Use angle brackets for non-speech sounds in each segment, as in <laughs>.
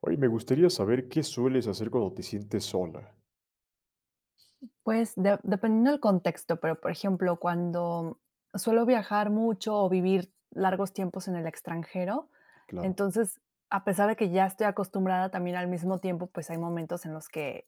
Oye, me gustaría saber qué sueles hacer cuando te sientes sola. Pues, de dependiendo del contexto, pero, por ejemplo, cuando suelo viajar mucho o vivir largos tiempos en el extranjero, Claro, entonces, a pesar de que ya estoy acostumbrada, también al mismo tiempo, pues, hay momentos en los que,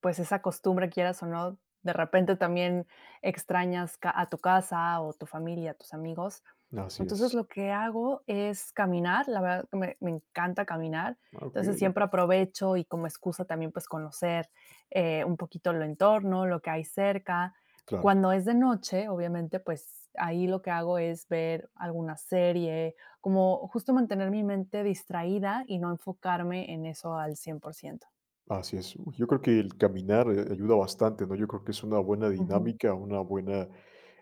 pues, esa costumbre, quieras o no, de repente también extrañas ca a tu casa o tu familia, a tus amigos. así Entonces, es. lo que hago es caminar, la verdad que me encanta caminar, entonces Okey, siempre aprovecho y como excusa también, pues, conocer, un poquito el entorno, lo que hay cerca. claro. Cuando es de noche, obviamente, pues, ahí lo que hago es ver alguna serie, como justo mantener mi mente distraída y no enfocarme en eso al cien por ciento. Así es. Uy, yo creo que el caminar, ayuda bastante, ¿no? Yo creo que es una buena Ujú, dinámica, una buena,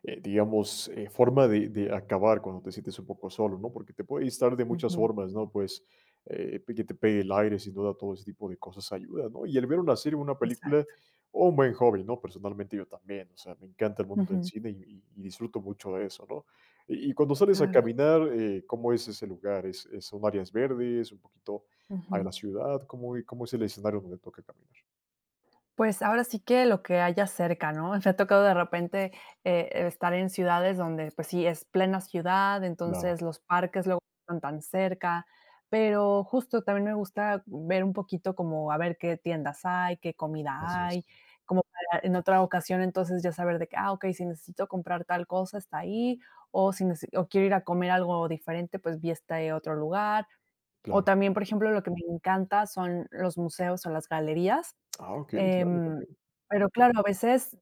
eh, digamos, forma de acabar cuando te sientes un poco solo, ¿no? Porque te puede estar de muchas ujú, formas, ¿no? Pe que te pegue el aire, sin duda, todo ese tipo de cosas ayuda, ¿no? Y el ver una serie, una película exacto. o un buen hobby, ¿no? Personalmente, yo también, o sea, me encanta el mundo del Ujú, cine y disfruto mucho de eso, ¿no? Y cuando sales a claro. caminar, ¿cómo es ese lugar? ¿Es son áreas verdes, un poquito a la ciudad, cómo es el escenario donde toca caminar? Pues ahora sí que lo que haya cerca, ¿no? <laughs> Me ha tocado de repente, estar en ciudades donde, pues sí, es plena ciudad, Claro, entonces los parques luego no están tan cerca, pero justo también me gusta ver un poquito como a ver qué tiendas hay, qué así comida hay, es, como para en otra ocasión entonces ya saber de que, ah, okey, si necesito comprar tal cosa, está ahí, o si nece o quiero ir a comer algo diferente, pues vi este otro lugar. O claro. también, por ejemplo, lo que me encanta son los museos o las galerías. Okey, claro, Em, también. pero claro, a veces,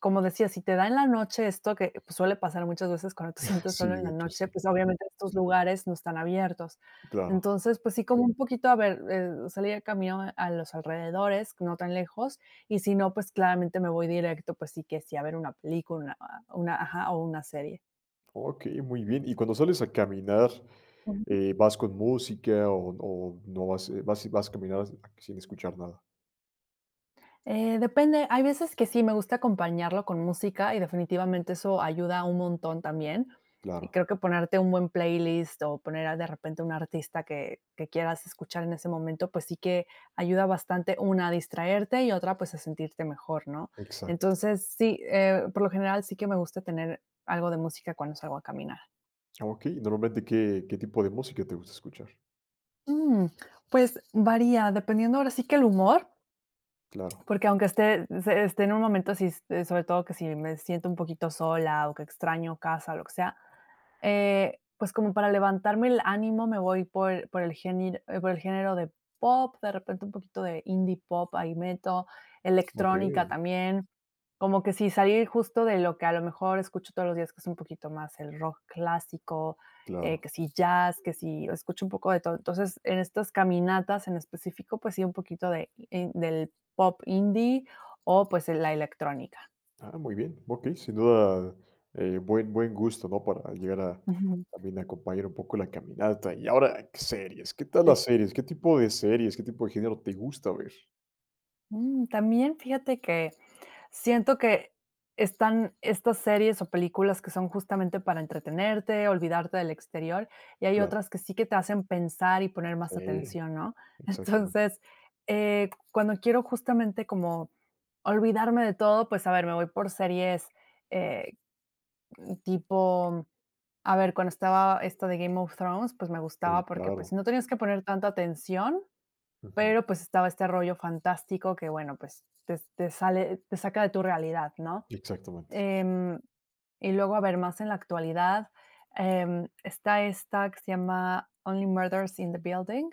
como decía, si te da en la noche esto que, pues, suele pasar muchas veces cuando te <laughs> <laughs> sientes Sí, solo en la de hecho, noche, sí, pues, obviamente estos lugares no están abiertos. claro. Entonces, pues sí, como un poquito, a ver, salir a camino a los alrededores, no tan lejos, y si no, pues claramente me voy directo, pues sí que sí, a ver una película, una ajá, o una serie. Okey, muy bien. Y cuando sales a caminar, Ujú. ¿Vas con música o no vas, vas a caminar sin escuchar nada? Depende, hay veces que sí, me gusta acompañarlo con música y definitivamente eso ayuda un montón también. Claro, Y creo que ponerte un buen playlist o de repente un artista que quieras escuchar en ese momento, pues sí que ayuda bastante una a distraerte y otra pues a sentirte mejor, ¿no? exacto. Entonces sí, por lo general sí que me gusta tener algo de música cuando salgo a caminar. Okey, ¿normalmente qué tipo de música te gusta escuchar? Mm, pues varía, dependiendo ahora sí que el humor. Claro, Porque aunque esté en un momento así, sobre todo que si me siento un poquito sola o que extraño casa, lo que sea, pues como para levantarme el ánimo me voy por el género, por el género de pop, de repente un poquito de indie pop, ahí meto, electrónica okey, también, como que sí salir justo de lo que a lo mejor escucho todos los días, que es un poquito más el rock clásico, claro. que si jazz, que si escucho un poco de todo. Entonces, en estas caminatas en específico, pues sí, un poquito de, del pop indie o pues la electrónica. Muy bien. Okey, sin duda, buen gusto, ¿no? Para llegar a Ujú. también acompañar un poco la caminata. Y ahora, ¿qué series? ¿Qué tal Sí. las series? ¿Qué tipo de series, qué tipo de género te gusta ver? También fíjate que siento que están estas series o películas que son justamente para entretenerte, olvidarte del exterior, y hay Claro, otras que sí que te hacen pensar y poner más sí, atención, ¿no? <laughs> exactamente. Entonces, cuando quiero justamente como olvidarme de todo, pues a ver, me voy por series eh, tipo, a ver, cuando estaba esta de Game of Thrones, pues me gustaba Uy, porque claro. pues no tenías que poner tanta atención, Ujú, pero pues estaba este rollo fantástico que bueno, pues te sale, te saca de tu realidad, ¿no? exactamente. Em, y luego, a ver, más en la actualidad, está esta que se llama Only Murders in the Building,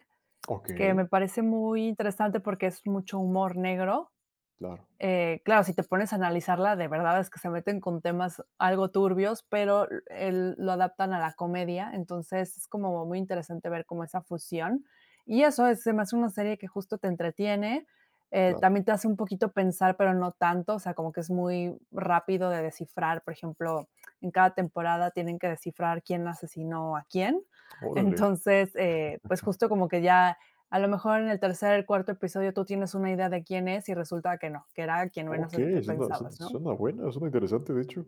que Okey, me parece muy interesante porque es mucho humor negro, claro, claro, si te pones a analizarla, de verdad es que se meten con temas algo turbios, pero lo adaptan a la comedia, entonces es como muy interesante ver como esa fusión. Y eso es, se me hace una serie que justo te entretiene, claro. también te hace un poquito pensar, pero no tanto, o sea, como que es muy rápido de descifrar, por ejemplo, en cada temporada tienen que descifrar quién asesinó a quién. Órale, Entonces, pues justo como que ya a lo mejor en el tercer, cuarto episodio tú tienes una idea de quién es y resulta que no, que era quien menos okey, suena suena pensabas, ¿no? suena buena, suena interesante, de hecho.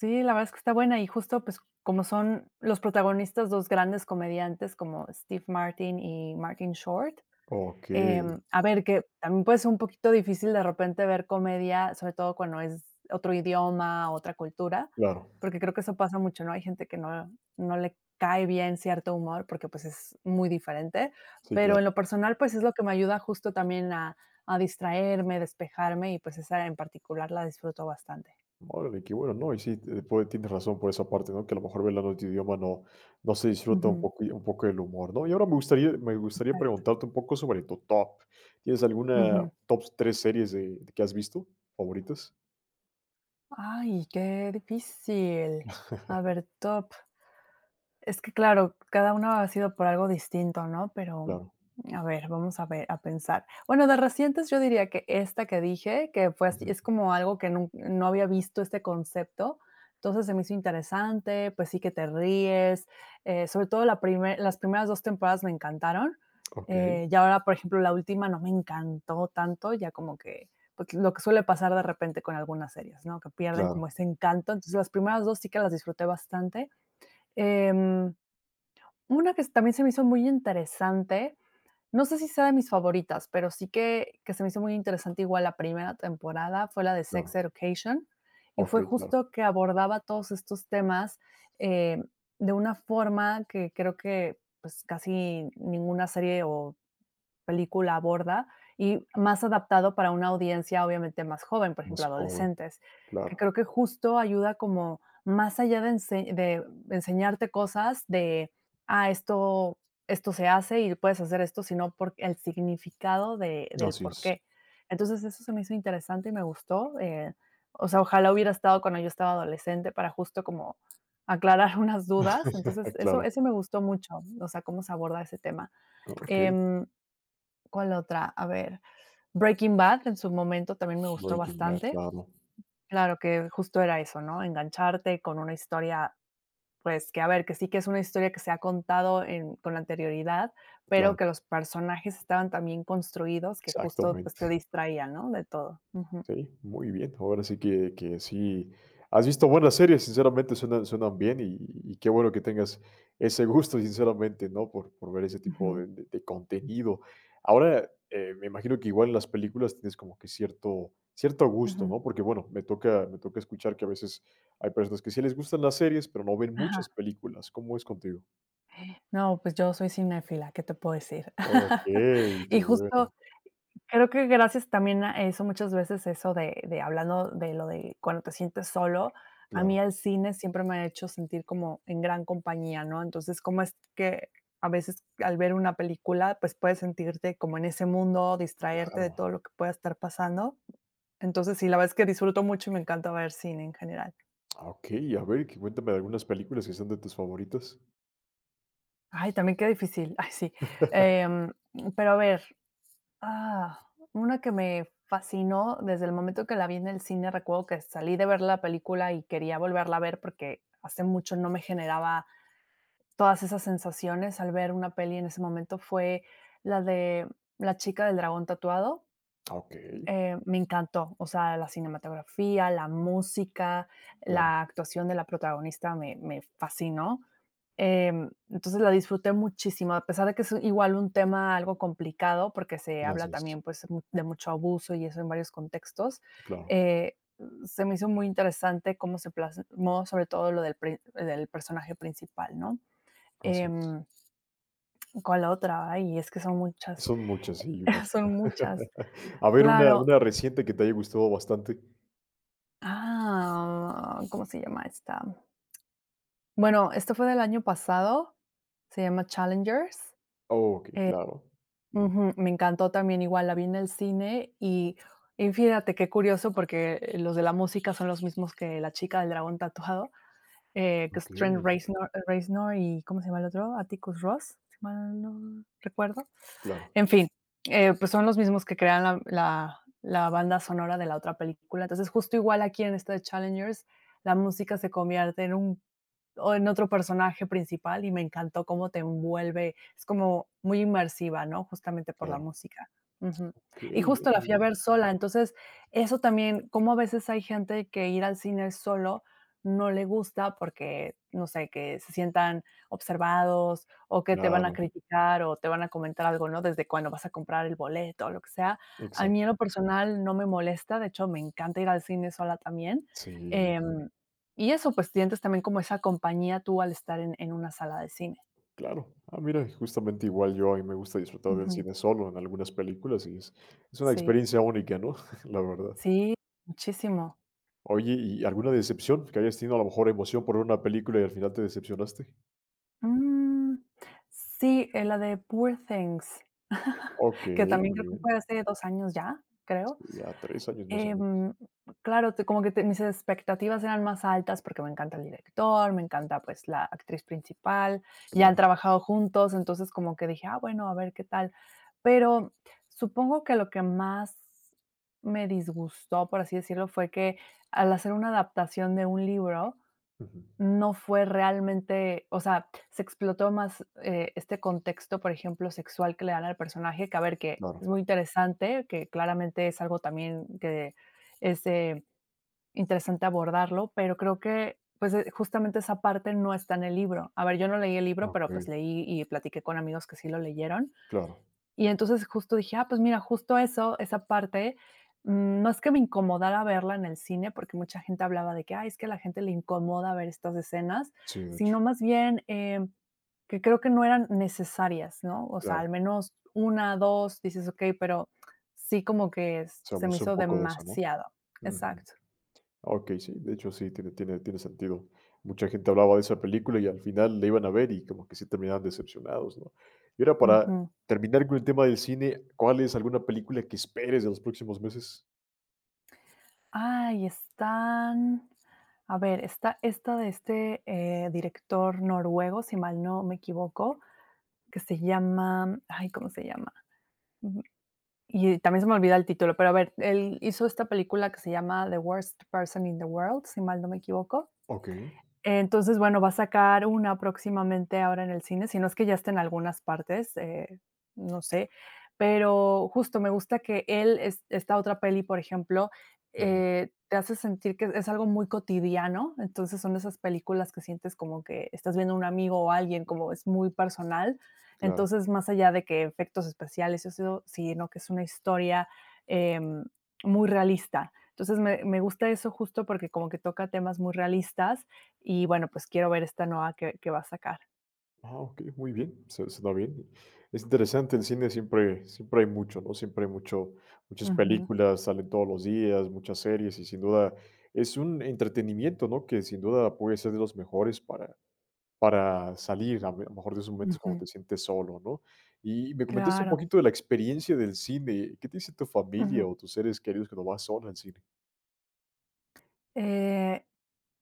Sí, la verdad es que está buena y justo pues como son los protagonistas dos grandes comediantes como Steve Martin y Martin Short. Okey, A ver, que también puede ser un poquito difícil de repente ver comedia, sobre todo cuando es otro idioma, otra cultura, claro, porque creo que eso pasa mucho, ¿no? Hay gente que no le cae bien cierto humor porque, pues, es muy diferente, sí, pero claro. en lo personal, pues, es lo que me ayuda justo también a distraerme, despejarme y, pues, esa en particular la disfruto bastante. Órale, qué bueno, ¿no? Y sí, pues, tienes razón por esa parte, ¿no? Que a lo mejor ver en otro idioma no, no se disfruta Ujú, un poco el humor, ¿no? Y ahora me gustaría exacto. preguntarte un poco sobre tu top. ¿Tienes alguna Ujú. top tres series de que has visto favoritas? Ay, qué difícil. A ver, top. Es que claro, cada uno ha sido por algo distinto, ¿no? Pero, Claro. a ver, vamos a ver, a pensar. Bueno, de recientes yo diría que esta que dije, que fue así, Ujú. es como algo que no había visto este concepto, entonces se me hizo interesante, pues sí que te ríes, sobre todo las primeras dos temporadas me encantaron, Ok, y ahora, por ejemplo, la última no me encantó tanto, ya como que pues, lo que suele pasar de repente con algunas series, ¿no? Que pierden como claro, ese encanto, entonces las primeras dos sí que las disfruté bastante. Em, una que también se me hizo muy interesante, no sé si sea de mis favoritas, pero sí que se me hizo muy interesante igual la primera temporada, fue la de Sex claro. Education, y Ok, fue claro. justo que abordaba todos estos temas, eh, de una forma que creo que, pues, casi ninguna serie o película aborda y más adaptado para una audiencia obviamente más joven, por ejemplo, Más joven, adolescentes, que claro. creo que justo ayuda como más allá de, de enseñarte cosas de, ah, esto se hace y puedes hacer esto, sino por el significado del Así por es. qué. Entonces eso se me hizo interesante y me gustó. O sea, ojalá hubiera estado cuando yo estaba adolescente para justo como aclarar <laughs> unas dudas. Entonces <laughs> Claro. eso me gustó mucho, o sea, cómo se aborda ese tema. Ok. Em, ¿Cuál otra? A ver, Breaking Bad en su momento también me gustó Breaking Bad, bastante. claro, Claro que justo era eso, ¿no? Engancharte con una historia, pues que a ver, que sí que es una historia que se ha contado con anterioridad, pero claro. que los personajes estaban también construidos que justo pues, te Exactamente. distraían, ¿no? De todo. Ujú, Sí, muy bien. Ahora sí que sí. Has visto buenas series, sinceramente suenan, suenan bien y qué bueno que tengas ese gusto, sinceramente, ¿no? Por ver ese tipo ujú, de contenido. Ahora, me imagino que igual en las películas tienes como que cierto, cierto gusto, ujú. ¿no? Porque bueno, me toca escuchar que a veces hay personas que sí les gustan las series, pero no ven Ajá. muchas películas. ¿Cómo es contigo? No, pues yo soy cinéfila, ¿qué te puedo decir? Ok, <laughs> Y qué justo bueno. creo que gracias también a eso, muchas veces eso de hablando de lo de cuando te sientes solo, a mí Claro, el cine siempre me ha hecho sentir como en gran compañía, ¿no? Entonces, cómo es que a veces al ver una película, pues, puedes sentirte como en ese mundo, distraerte de claro. todo lo que pueda estar pasando. Entonces, sí, la verdad es que disfruto mucho y me encanta ver cine en general. Ah, ok, a ver, que cuéntame de algunas películas que sean de tus favoritas. Ay, también qué difícil. Ay, sí. <laughs> Em, pero a ver, ah, una que me fascinó desde el momento que la vi en el cine, recuerdo que salí de ver la película y quería volverla a ver porque hace mucho no me generaba todas esas sensaciones al ver una peli en ese momento, fue la de La chica del dragón tatuado. Ok, Me encantó, o sea, la cinematografía, la música, claro, la actuación de la protagonista me fascinó. Entonces la disfruté muchísimo, a pesar de que es igual un tema algo complicado, porque se habla así es, también, pues, de mucho abuso y eso en varios contextos. claro, Eh, Se me hizo muy interesante cómo se plasmó, sobre todo lo del personaje principal, ¿no? así es. Em, ¿Cuál otra? Ay, es que son muchas. Son muchas, sí, <laughs> Son imagino. muchas. <laughs> A ver, una Claro. una reciente que te haya gustado bastante. Ah, ¿cómo se llama esta? Bueno, esto fue del año pasado. Se llama Challengers. Okey, claro. Ujú, me encantó también igual, la vi en el cine y fíjate qué curioso, porque los de la música son los mismos que La chica del dragón tatuado, que es Trent Okey, Reznor eh, Reznor y, ¿cómo se llama el otro? Atticus Ross, si mal no recuerdo. claro, En fin, pues son los mismos que crean la banda sonora de la otra película. Entonces, justo igual aquí en esta de Challengers, la música se convierte en un o en otro personaje principal y me encantó cómo te envuelve, es como muy inmersiva, ¿no? Justamente por la claro. música. Ujú. Y Okey, bien, justo la muy fui a bien. ver sola, entonces eso también, como a veces hay gente que ir al cine solo no le gusta porque, no sé, que se sientan observados o que te van a Claro, criticar o te van a comentar algo, ¿no? Desde cuándo vas a comprar el boleto o lo que sea. A mí exacto. en lo personal no me molesta, de hecho me encanta ir al cine sola también. Sí, yo sé. Em, y eso, pues sientes también como esa compañía tú al estar en una sala de cine. Claro. Ah, mira, justamente igual yo, a mí me gusta disfrutar del Ujú. cine solo en algunas películas y es una Sí, experiencia única, ¿no? <laughs> La verdad. sí, muchísimo. Oye, ¿y alguna decepción que hayas tenido, a lo mejor emoción por ver una película y al final te decepcionaste? Mm, sí, la de Poor Things, <laughs> que Okey, también muy creo que bien. fue hace 2 años ya, creo. Ya 3 años más o menos, Em, claro, te como que te mis expectativas eran más altas, porque me encanta el director, me encanta, pues, la actriz principal, ya han claro. trabajado juntos, entonces como que dije: "Ah, bueno, a ver qué tal". Pero supongo que lo que más me disgustó, por así decirlo, fue que al hacer una adaptación de un libro, Ujú. no fue realmente, o sea, se explotó más, este contexto, por ejemplo, sexual que le dan al personaje, que a ver, que Claro. es muy interesante, que claramente es algo también que es, interesante abordarlo, pero creo que, pues, justamente esa parte no está en el libro. A ver, yo no leí el libro, Ah, pero, pues, leí y platiqué con amigos que sí lo leyeron, claro. y entonces justo dije, ah, pues mira, justo eso, esa parte, mm, no es que me incomodara verla en el cine, porque mucha gente hablaba de que, ay, es que a la gente le incomoda ver estas escenas, Sí, de sino hecho. más bien que creo que no eran necesarias, ¿no? O sea, al Claro. menos una, dos, dices, ok, pero sí como que Se se me abusó un hizo poco de eso, ¿no? demasiado. Ujú. Exacto. Okey, sí, de hecho, sí, tiene tiene sentido. Mucha gente hablaba de esa película y al final la iban a ver y como que sí terminaban decepcionados, ¿no? Y ahora para Ujú. terminar con el tema del cine, ¿cuál es alguna película que esperes de los próximos meses? Ay, están. A ver, está esta de este director noruego, si mal no me equivoco, que se llama, ay, ¿cómo se llama? Ujú, y también se me olvida el título, pero a ver, él hizo esta película que se llama The Worst Person in the World, si mal no me equivoco, Okey. entonces, bueno, va a sacar una próximamente ahora en el cine, si no es que ya está en algunas partes, no sé, pero justo me gusta que él, es esta otra peli, por ejemplo, Ujú. Te hace sentir que es algo muy cotidiano, entonces son esas películas que sientes como que estás viendo a un amigo o a alguien, como es muy personal, Claro. entonces más allá de que efectos especiales, eso, sino que es una historia em, muy realista. Entonces me gusta eso justo porque como que toca temas muy realistas y bueno, pues quiero ver esta nueva que va a sacar. Ok, muy bien, se suena bien. Es interesante, en cine siempre, siempre hay mucho, ¿no? Siempre hay mucho, muchas Ujú, películas, salen todos los días, muchas series, y sin duda es un entretenimiento, ¿no? Que sin duda puede ser de los mejores para salir, a lo mejor de esos momentos cuando ujú, te sientes solo, ¿no? Y me comentaste un claro. poquito de la experiencia del cine. ¿Qué te dice tu Ujú. familia o tus seres queridos cuando vas sola al cine? Eh,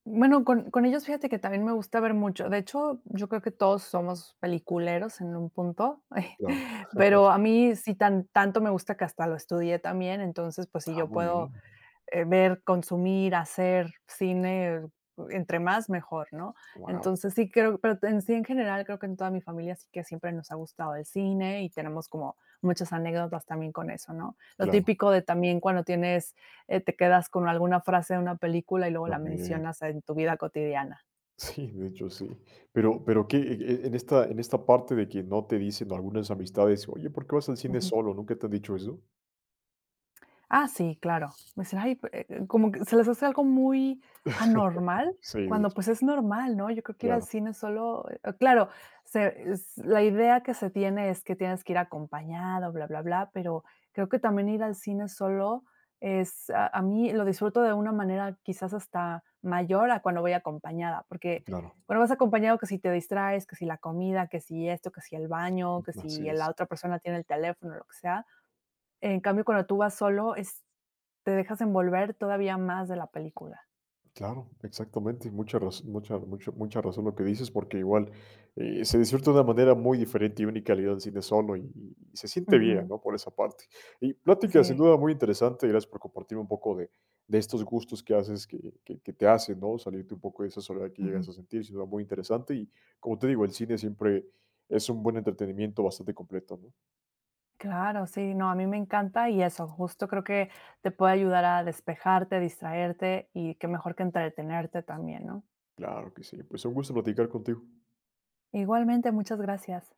bueno, con ellos fíjate que también me gusta ver mucho. De hecho, yo creo que todos somos peliculeros en un punto, Claro. <laughs> pero a mí sí tan tanto me gusta que hasta lo estudié también. Entonces, pues, si yo Muy puedo bien. Ver, consumir, hacer cine, entre más mejor, ¿no? Wow, Entonces sí creo, pero en sí en general creo que en toda mi familia sí que siempre nos ha gustado el cine y tenemos como muchas anécdotas también con eso, ¿no? Lo claro, típico de también cuando tienes, te quedas con alguna frase de una película y luego la también. mencionas en tu vida cotidiana. Sí, de hecho sí. Pero que en esta parte de que no te dicen algunas amistades: "Oye, ¿por qué vas al cine solo?", ¿nunca te han dicho eso? Ah, sí, claro. Me dicen: "Ay", como que se les hace algo muy anormal, <laughs> Sí, de cuando, hecho, pues, es normal, ¿no? Yo creo que ir al claro, cine solo claro, se es la idea que se tiene es que tienes que ir acompañado, bla, bla, bla, pero creo que también ir al cine solo es a mí lo disfruto de una manera quizás hasta mayor a cuando voy acompañada, porque, claro, bueno, vas acompañado que si te distraes, que si la comida, que si esto, que si el baño, que si así la es. otra persona tiene el teléfono, lo que sea. En cambio, cuando tú vas solo, es te dejas envolver todavía más de la película. Claro, exactamente, mucha razón, mucha, mucha, mucha razón lo que dices, porque igual se disfruta de una manera muy diferente y única al ir al cine solo y se siente bien, Ujú, ¿no? Por esa parte. Y plática sin sí, duda muy interesante, y gracias por compartirme un poco de estos gustos que haces, que te hacen, ¿no? Salirte un poco de esa soledad que ujú. llegas a sentir, sin duda muy interesante. Y como te digo, el cine siempre es un buen entretenimiento bastante completo, ¿no? Claro, sí, no, a mí me encanta y eso, justo creo que te puede ayudar a despejarte, distraerte y qué mejor que entretenerte también, ¿no? Claro que sí, pues un gusto platicar contigo. Igualmente, muchas gracias.